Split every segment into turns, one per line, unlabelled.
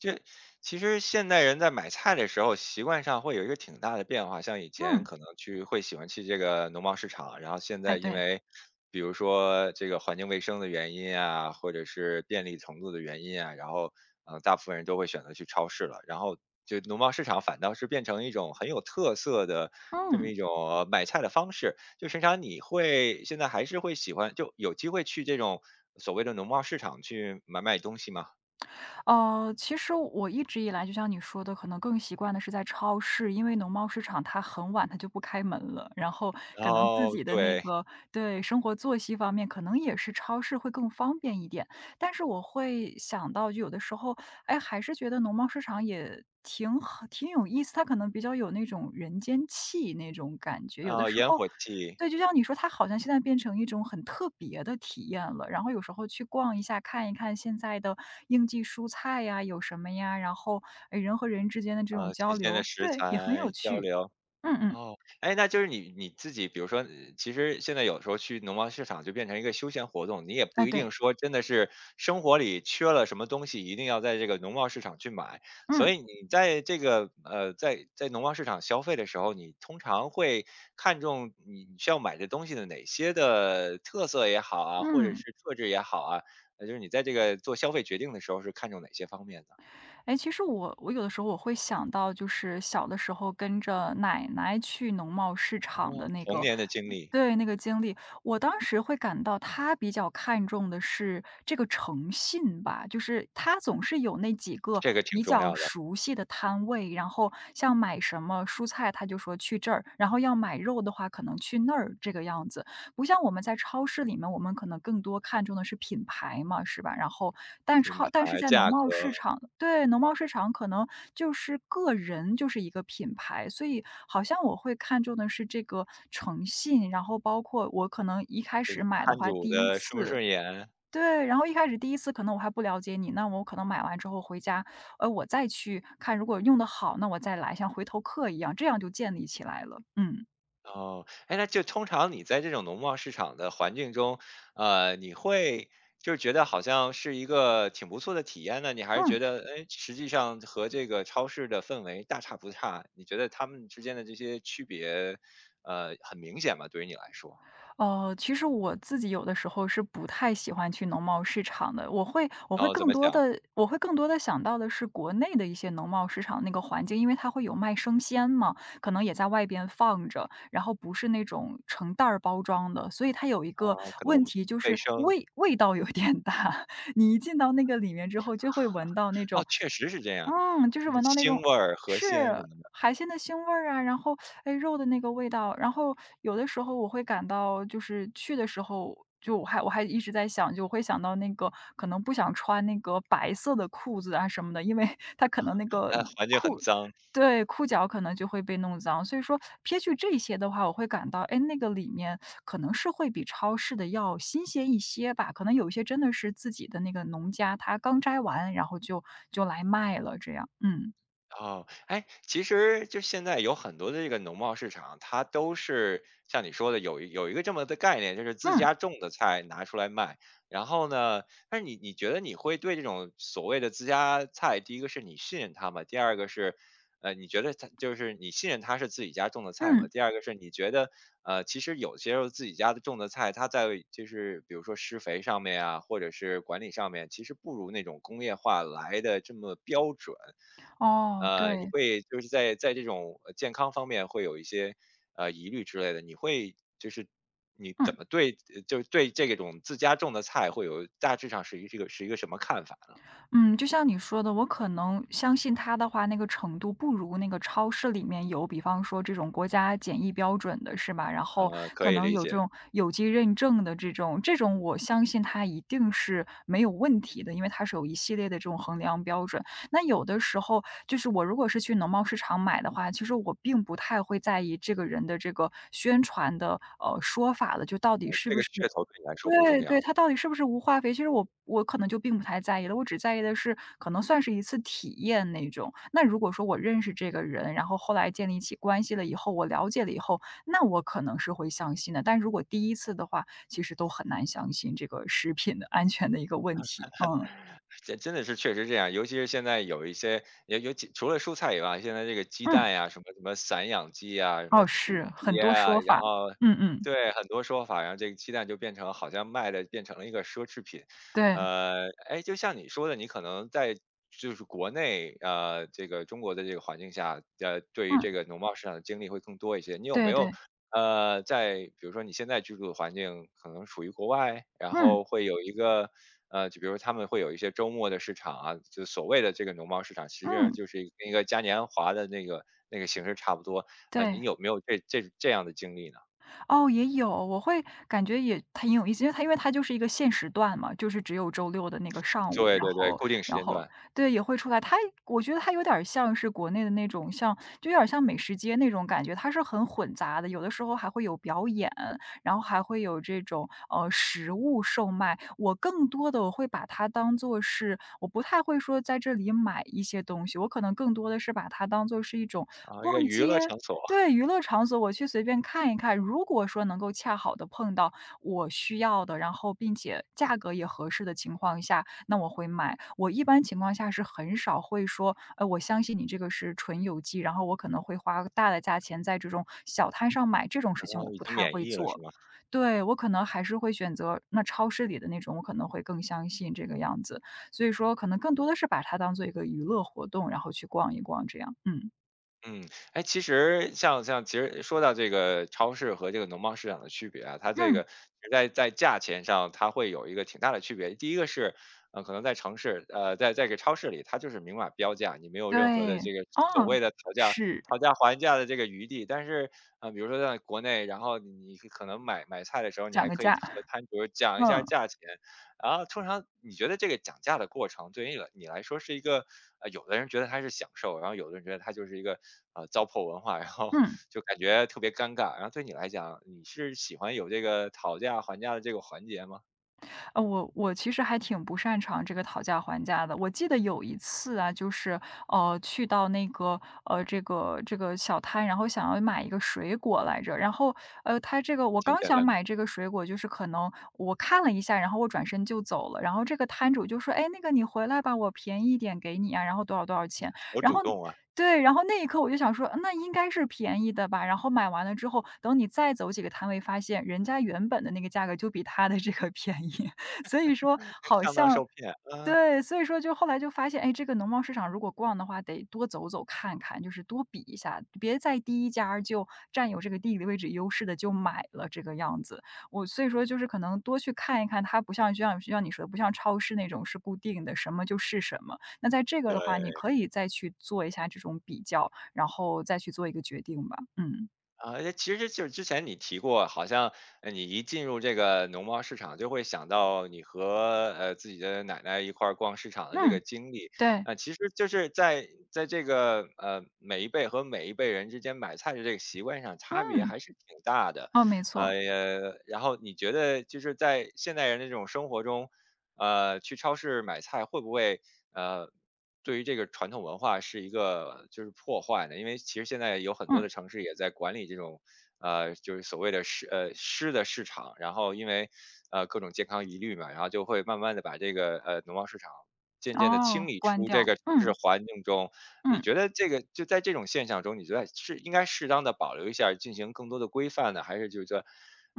这其实现代人在买菜的时候，习惯上会有一个挺大的变化。像以前
嗯，
可能会喜欢去这个农贸市场，然后现在
哎，
因
对，
为比如说这个环境卫生的原因啊，或者是便利程度的原因啊，然后大部分人都会选择去超市了。然后就农贸市场反倒是变成一种很有特色的这么
嗯，
一种买菜的方式。就平常现在还是会喜欢，就有机会去这种所谓的农贸市场去买买东西吗？
其实我一直以来就像你说的，可能更习惯的是在超市，因为农贸市场它很晚就不开门了，然后
然
可能自
后
己的那
对，
个对生活作息方面，可能也是超市会更方便一点。但是我会想到，就有的时候，哎，还是觉得农贸市场也挺好，挺有意思，它可能比较有那种人间气那种感觉，有的
啊，
时
烟
候。
火气，
对，就像你说，它好像现在变成一种很特别的体验了。然后有时候去逛一下，看一看现在的应季蔬菜呀，有什么呀，然后，哎，人和人之间的这种
啊，
交
新鲜的
流，
食
对，也很有
材交
趣。
流。
嗯嗯，
哦，哎，那就是你自己，比如说，其实现在有时候去农贸市场就变成一个休闲活动，你也不
哎，
一定
对，
说真的是生活里缺了什么东西，一定要在这个农贸市场去买。所
嗯，
以你在这个在农贸市场消费的时候，你通常会看重你需要买的东西的哪些的特色也好啊，或者
嗯。
是特质也好啊，就是你在这个做消费决定的时候是看重哪些方面的？
哎，其实我有的时候我会想到，就是小的时候跟着奶奶去农贸市场
哦，
的那
童
个
年的经历，
对，那个经历。我当时会感到她比较看重的是这个诚信吧，就是她总是有那几个
这个挺
比
重
较
要的，
熟悉的摊位，然后像买什么蔬菜，他就说去这儿，然后要买肉的话，可能去那儿这个样子。不像我们在超市里面，我们可能更多看重的是品牌嘛，是吧？然后，
品牌、
但是在农
价格、
贸市场对，农贸市场可能就是个人就是一个品牌，所以好像我会看重的是这个诚信，然后包括我可能一开始买的
摊
话，
主
第一
的顺不
次
顺眼。
对，然后一开始第一次可能我还不了解你，那我可能买完之后回家，我再去看，如果用的好，那我再来，像回头客一样，这样就建立起来了。嗯。
哦，哎，那就通常你在这种农贸市场的环境中，你会就是觉得好像是一个挺不错的体验呢？你还是觉
嗯。
得，哎，实际上和这个超市的氛围大差不差？你觉得他们之间的这些区别，很明显吗？对于你来说？
呃，其实我自己有的时候是不太喜欢去农贸市场的，
然后怎么讲？
我会更多的想到的是国内的一些农贸市场那个环境，因为它会有卖生鲜嘛，可能也在外边放着，然后不是那种成袋儿包装的，所以它有一
啊，
个
可能
问题就
卫
是
生
味道有点大，你一进到那个里面之后，就会闻到那
哦，
种
确实是这样，
嗯，就是
就是
闻到那
腥
种
味儿和
是
鲜什么的。
海鲜的腥味儿啊，然后哎肉的那个味道，然后有的时候我会感到，就是去的时候就我还一直在想，就我会想到那个可能不想穿那个白色的裤子啊什么的，因为它可能那个
哎，环境很
裤
脏，
对，裤脚可能就会被弄脏。所以说撇去这些的话，我会感到，哎，那个里面可能是会比超市的要新鲜一些吧，可能有一些真的是自己的那个农家，他刚摘完，然后就来卖了这样。嗯，
哦，哎，其实就现在有很多的这个农贸市场，它都是像你说的有一个这么的概念，就是自
嗯，
家种的菜拿出来卖。然后呢，但是你觉得你会对这种所谓的自家菜，第一个是你信任它吗？第二个是，你觉得它就是你信任它是自己家种的菜吗？
嗯，
第二个是你觉得，其实有些时候自己家的种的菜，它在就是比如说施肥上面啊，或者是管理上面，其实不如那种工业化来的这么标准。
哦，
你
对，
会就是在这种健康方面会有一些疑虑之类的，你会就是你怎
嗯。
么对这种自家种的菜会有大致上是一个什么看法？
嗯，就像你说的，我可能相信它的话，那个程度不如那个超市里面有，比方说这种国家检疫标准的是吧？然后
可
可
以
能
理
有这
解，
种有机认证的这种我相信它一定是没有问题的，因为它是有一系列的这种衡量标准。那有的时候就是我如果是去农贸市场买的话，其实我并不太会在意这个人的这个宣传的说法的，就到底是
这
不
个
是
噱头对你来说不重
对对，
要。
它到底是不是无化肥，其实我可能就并不太在意了，我只在意的是可能算是一次体验那种。那如果说我认识这个人，然后后来建立起关系了以后，我了解了以后，那我可能是会相信的。但如果第一次的话，其实都很难相信这个食品的安全的一个问题。嗯
这真的是确实这样，尤其是现在有一些，尤其除了蔬菜以外，现在这个鸡
嗯，
蛋呀，什么什么散养鸡啊，什么
哦，
土
是，很
鸡
多
啊，
说
然
法。
后
嗯嗯，
对很多说法，然后这个鸡蛋就变成好像卖的变成了一个奢侈品。
对，
哎，就像你说的，你可能在就是国内这个中国的这个环境下，对于
嗯，
这个农贸市场的经历会更多一些。你有没
对
有
对，
在比如说你现在居住的环境可能属于国外，然
嗯
后会有一个就比如他们会有一些周末的市场啊，就所谓的这个农贸市场，实际上
嗯，
就是一个跟一个嘉年华的那个形式差不多。啊，你
对。
有没有这样的经历呢？
哦，也有，我会感觉也它挺有意思，因为它就是一个限时段嘛，就是只有周六的那个上午，
对
然
对对，
后
固定时
然
间
后
段，
对，也会出来。它我觉得它有点儿像是国内的那种像有点儿像美食街那种感觉，它是很混杂的，有的时候还会有表演，然后还会有这种，食物售卖。我更多的我会把它当做是我不太会说在这里买一些东西，我可能更多的是把它当做是一种
啊，一个
逛
娱乐
街
场所，
对，娱乐场所我去随便看一看，如果说能够恰好的碰到我需要的，然后并且价格也合适的情况下，那我会买。我一般情况下是很少会说，我相信你这个是纯有机，然后我可能会花大的价钱在这种小摊上买，这种事
啊，
情我
已
不
经
太
免
会
疫了是
做。
吗？
对，我可能还是会选择那超市里的那种，我可能会更相信这个样子。所以说可能更多的是把它当做一个娱乐活动，然后去逛一逛这样，嗯。
嗯，哎，其实像其实说到这个超市和这个农贸市场的区别啊，它这
嗯。
个在价钱上，它会有一个挺大的区别。第一个是，可能在城市，在这个超市里，它就是明码标价，你没有任何的
对，
这个所
哦，
谓的讨价
是，
讨价还价的这个余地。但是，比如说在国内，然后你可能买菜的时候，你
讲
还
个
可以
价，
和摊主讲一下
嗯，
价钱，然后通常你觉得这个讲价的过程对于你来说是一个，有的人觉得它是享受，然后有的人觉得它就是一个，糟粕文化，然后
嗯。
就感觉特别尴尬。然后对你来讲，你是喜欢有这个讨价还价的这个环节吗？
我其实还挺不擅长这个讨价还价的。我记得有一次啊，就是去到那个这个小摊，然后想要买一个水果来着，然后他这个我
挺
刚
简
想
单的，
买这个水果，就是可能我看了一下，然后我转身就走了，然后这个摊主就说：“哎，那个你回来吧，我便宜一点给你啊，然后多少多少钱。”
好
然
主
后。
动啊，
对，然后那一刻我就想说，嗯那应该是便宜的吧。然后买完了之后，等你再走几个摊位，发现人家原本的那个价格就比他的这个便宜。所以说好
上当
像
受骗，嗯，
对，所以说就后来就发现，哎，这个农贸市场如果逛的话，得多走走看看，就是多比一下，别在第一家儿就占有这个地理位置优势的就买了这个样子。我所以说就是可能多去看一看，它不像就像你说的，不像超市那种是固定的，什么就是什么。那在这个
对。
的话，你可以再去做一下这种比较，然后再去做一个决定吧。嗯
啊，诶其实就是之前你提过，好像你一进入这个农贸市场，就会想到你和自己的奶奶一块儿逛市场的这个
嗯，
经历。
对，
啊、其实就是在这个每一辈和每一辈人之间买菜的这个习惯上，差别
嗯，
还是挺大的。
哦，没错，
然后你觉得就是在现代人的这种生活中，去超市买菜会不会呃对于这个传统文化是一个就是破坏的，因为其实现在有很多
嗯，
的城市也在管理这种，就是所谓的市的市场，然后因为各种健康疑虑嘛，然后就会慢慢的把这个农贸市场渐渐的清
哦，
理
关
出这
掉，
个城市
嗯
环境中。你
嗯。
觉得这个就在这种现象中，你觉得是应该适当的保留一下儿进行更多的规范呢，还是就是说，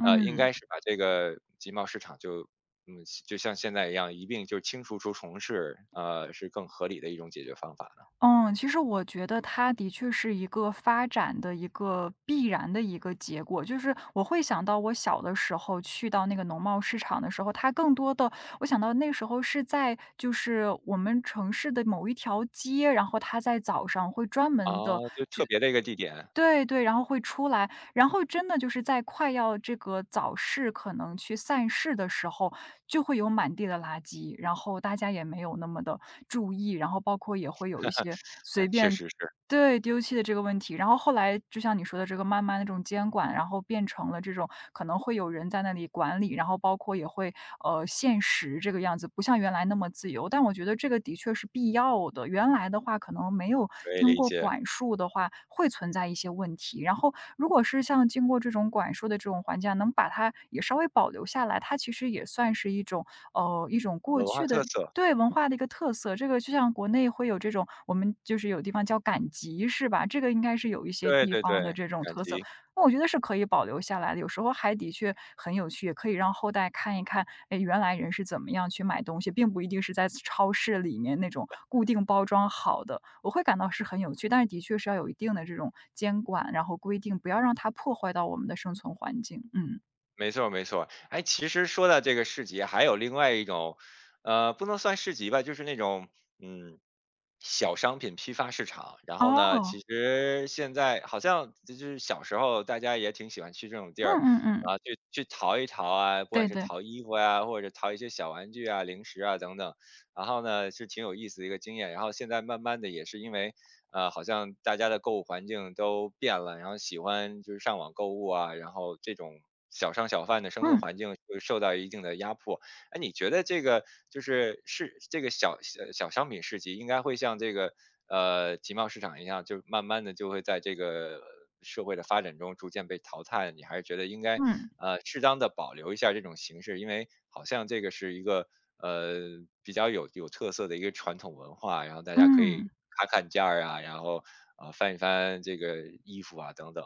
应该是把这个集贸市场嗯，就像现在一样，一并就清除出重事，是更合理的一种解决方法呢？
嗯，其实我觉得它的确是一个发展的一个必然的一个结果，就是我会想到我小的时候去到那个农贸市场的时候，它更多的我想到那时候是在就是我们城市的某一条街，然后它在早上会专
啊，
门的。
就特别的一个地点，
对对，然后会出来，然后真的就是在快要这个早市可能去散市的时候，就会有满地的垃圾，然后大家也没有那么的注意，然后包括也会有一些随
嗯，确
便
实是，
对，丢弃的这个问题。然后后来就像你说的这个慢慢的这种监管，然后变成了这种可能会有人在那里管理，然后包括也会限时这个样子，不像原来那么自由。但我觉得这个的确是必要的。原来的话，可能没有
可以
经
理
过
解，
管束的话，会存在一些问题。然后如果是像经过这种管束的这种环境下能把它也稍微保留下来，它其实也算是一种一种
有
过
文化
去
特
的
色，
对，文化的一个特色，这个就像国内会有这种，我们就是有地方叫赶集是吧？这个应该是有一些
对
地
对
方的
对，
这种
感
特色，
激。
那我觉得是可以保留下来的，有时候还的确很有趣，也可以让后代看一看，哎，原来人是怎么样去买东西，并不一定是在超市里面那种固定包装好的，我会感到是很有趣，但是的确是要有一定的这种监管，然后规定，不要让它破坏到我们的生存环境，嗯。
没错儿没错儿。哎，其实说到这个市集，还有另外一种，不能算市集吧，就是那种，嗯，小商品批发市场。然后呢，其
哦，
实现在好像就是小时候大家也挺喜欢去这种地
嗯
儿
嗯嗯，
啊，去淘一淘啊，不管
对
是
对，
淘衣服呀、或者淘一些小玩具啊、零食啊等等。然后呢，是挺有意思的一个经验。然后现在慢慢的也是因为好像大家的购物环境都变了，然后喜欢就是上网购物啊，然后这种小商小贩的生存
嗯，
环境会受到一定的压迫。哎，你觉得这个就是这个小商品市集应该会像这个集贸市场一样，就慢慢的就会在这个社会的发展中逐渐被淘汰？你还是觉得应该
嗯，
适当的保留一下这种形式，因为好像这个是一个呃比较有特色的一个传统文化，然后大家可以
嗯。
看看价儿啊，然后翻一翻这个衣服啊等等，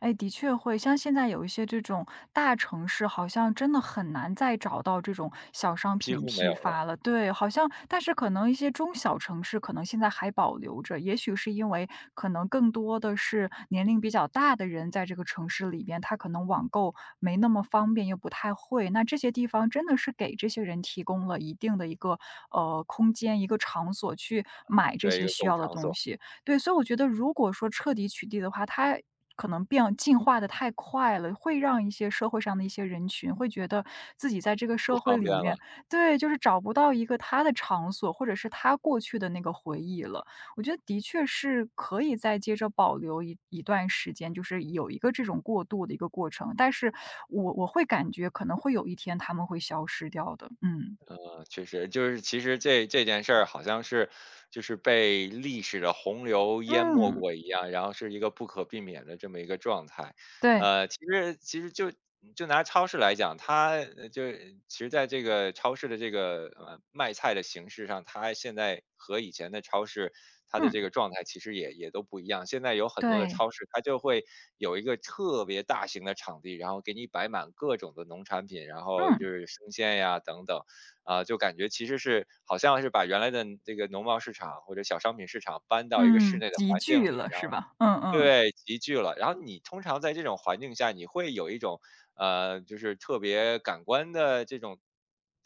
哎，的确会。像现在有一些这种大城市，好像真的很难再找到这种小商
几
品
乎没有
批发
了，
了。对，好像但是可能一些中小城市，可能现在还保留着。也许是因为可能更多的是年龄比较大的人在这个城市里边，他可能网购没那么方便，又不太会。那这些地方真的是给这些人提供了一定的一个空间、一个场所去买这
对一
些
个
需
购物
要的
场
东
所
西。对，所以我觉得如果说彻底取缔的话，它可能变进化的太快了，会让一些社会上的一些人群会觉得自己在这个
不
社会
方
里
便了。
面对，就是找不到一个他的场所，或者是他过去的那个回忆了。我觉得的确是可以再接着保留一段时间，就是有一个这种过渡的一个过程，但是我会感觉可能会有一天他们会消失掉的，嗯。
确实，就是其实这件事儿好像是，就是被历史的洪流淹没
嗯，
过一样，然后是一个不可避免的这么一个状态。
对，
其实就拿超市来讲，它就其实在这个超市的这个卖菜的形式上，它现在和以前的超市它的
嗯，
这个状态其实也都不一样。现在有很多的
对，
超市，它就会有一个特别大型的场地，然后给你摆满各种的农产品，然后就
嗯。
是生鲜呀等等。啊，就感觉其实是好像是把原来的这个农贸市场或者小商品市场搬到一个室
嗯，
内的
集
环境
聚
里，
了
然后
是吧？嗯嗯，
对，集聚了。然后你通常在这种环境下，你会有一种就是特别感官的这种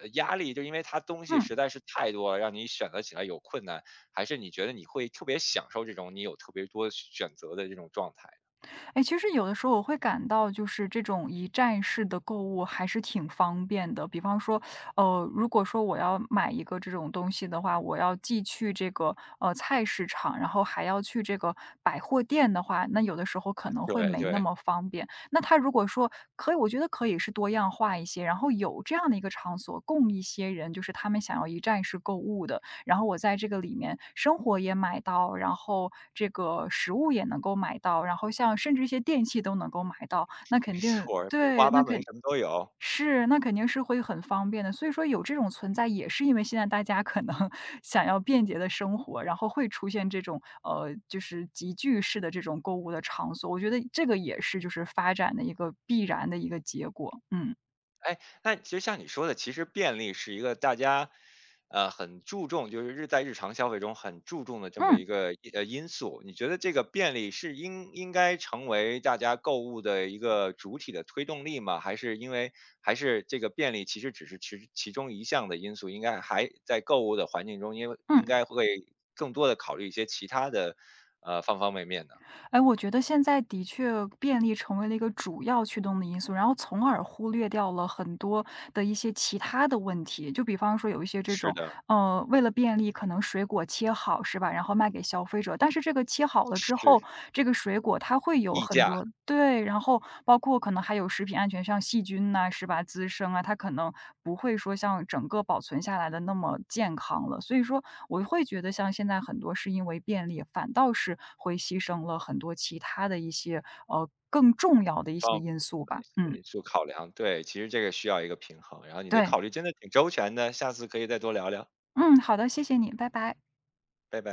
压力，就因为它东西实
嗯。
在是太多了，让你选择起来有困难，还是你觉得你会特别享受这种你有特别多选择的这种状态？
哎，其实有的时候我会感到就是这种一站式的购物还是挺方便的。比方说，如果说我要买一个这种东西的话，我要既去这个，菜市场，然后还要去这个百货店的话，那有的时候可能会
对
没那
对，
么方便。那他如果说可以我觉得可以是多样化一些，然后有这样的一个场所供一些人，就是他们想要一站式购物的。然后我在这个里面生活也买到，然后这个食物也能够买到，然后像甚至一些电器都能够买到，那
没
肯定
错儿，五花
对，
八
那
门，
肯
什么都有。
是，那肯定是会很方便的。所以说有这种存在，也是因为现在大家可能 想要便捷的生活，然后会出现这种就是集聚式的这种购物的场所。我觉得这个也是就是发展的一个必然的一个结果。嗯
哎，那其实像你说的，其实便利是一个大家，很注重，就是在日常消费中很注重的这么一
嗯
个因素。你觉得这个便利是应该成为大家购物的一个主体的推动力吗？还是因为还是这个便利其实只是其中一项的因素，应该还在购物的环境中，因为应
嗯。
该会更多的考虑一些其他的方方面面呢？
哎，我觉得现在的确便利成为了一个主要驱动的因素，然后从而忽略掉了很多的一些其他的问题。就比方说有一些这
是
种
的，
为了便利，可能水果切好是吧？然后卖给消费者。但是这个切好了之
是
后，这个水果它会有
溢
很
价
多对，然后包括可能还有食品安全上细菌呐、是吧？滋生啊，它可能不会说像整个保存下来的那么健康了。所以说，我会觉得像现在很多是因为便利，反倒是会牺牲了很多其他的一些更重要的一些
方
因素吧。
对，
嗯，
因素考量，对，其实这个需要一个平衡，然后你的
对，
考虑真的挺周全的，下次可以再多聊聊，
嗯，好的，谢谢你，拜拜。
拜拜。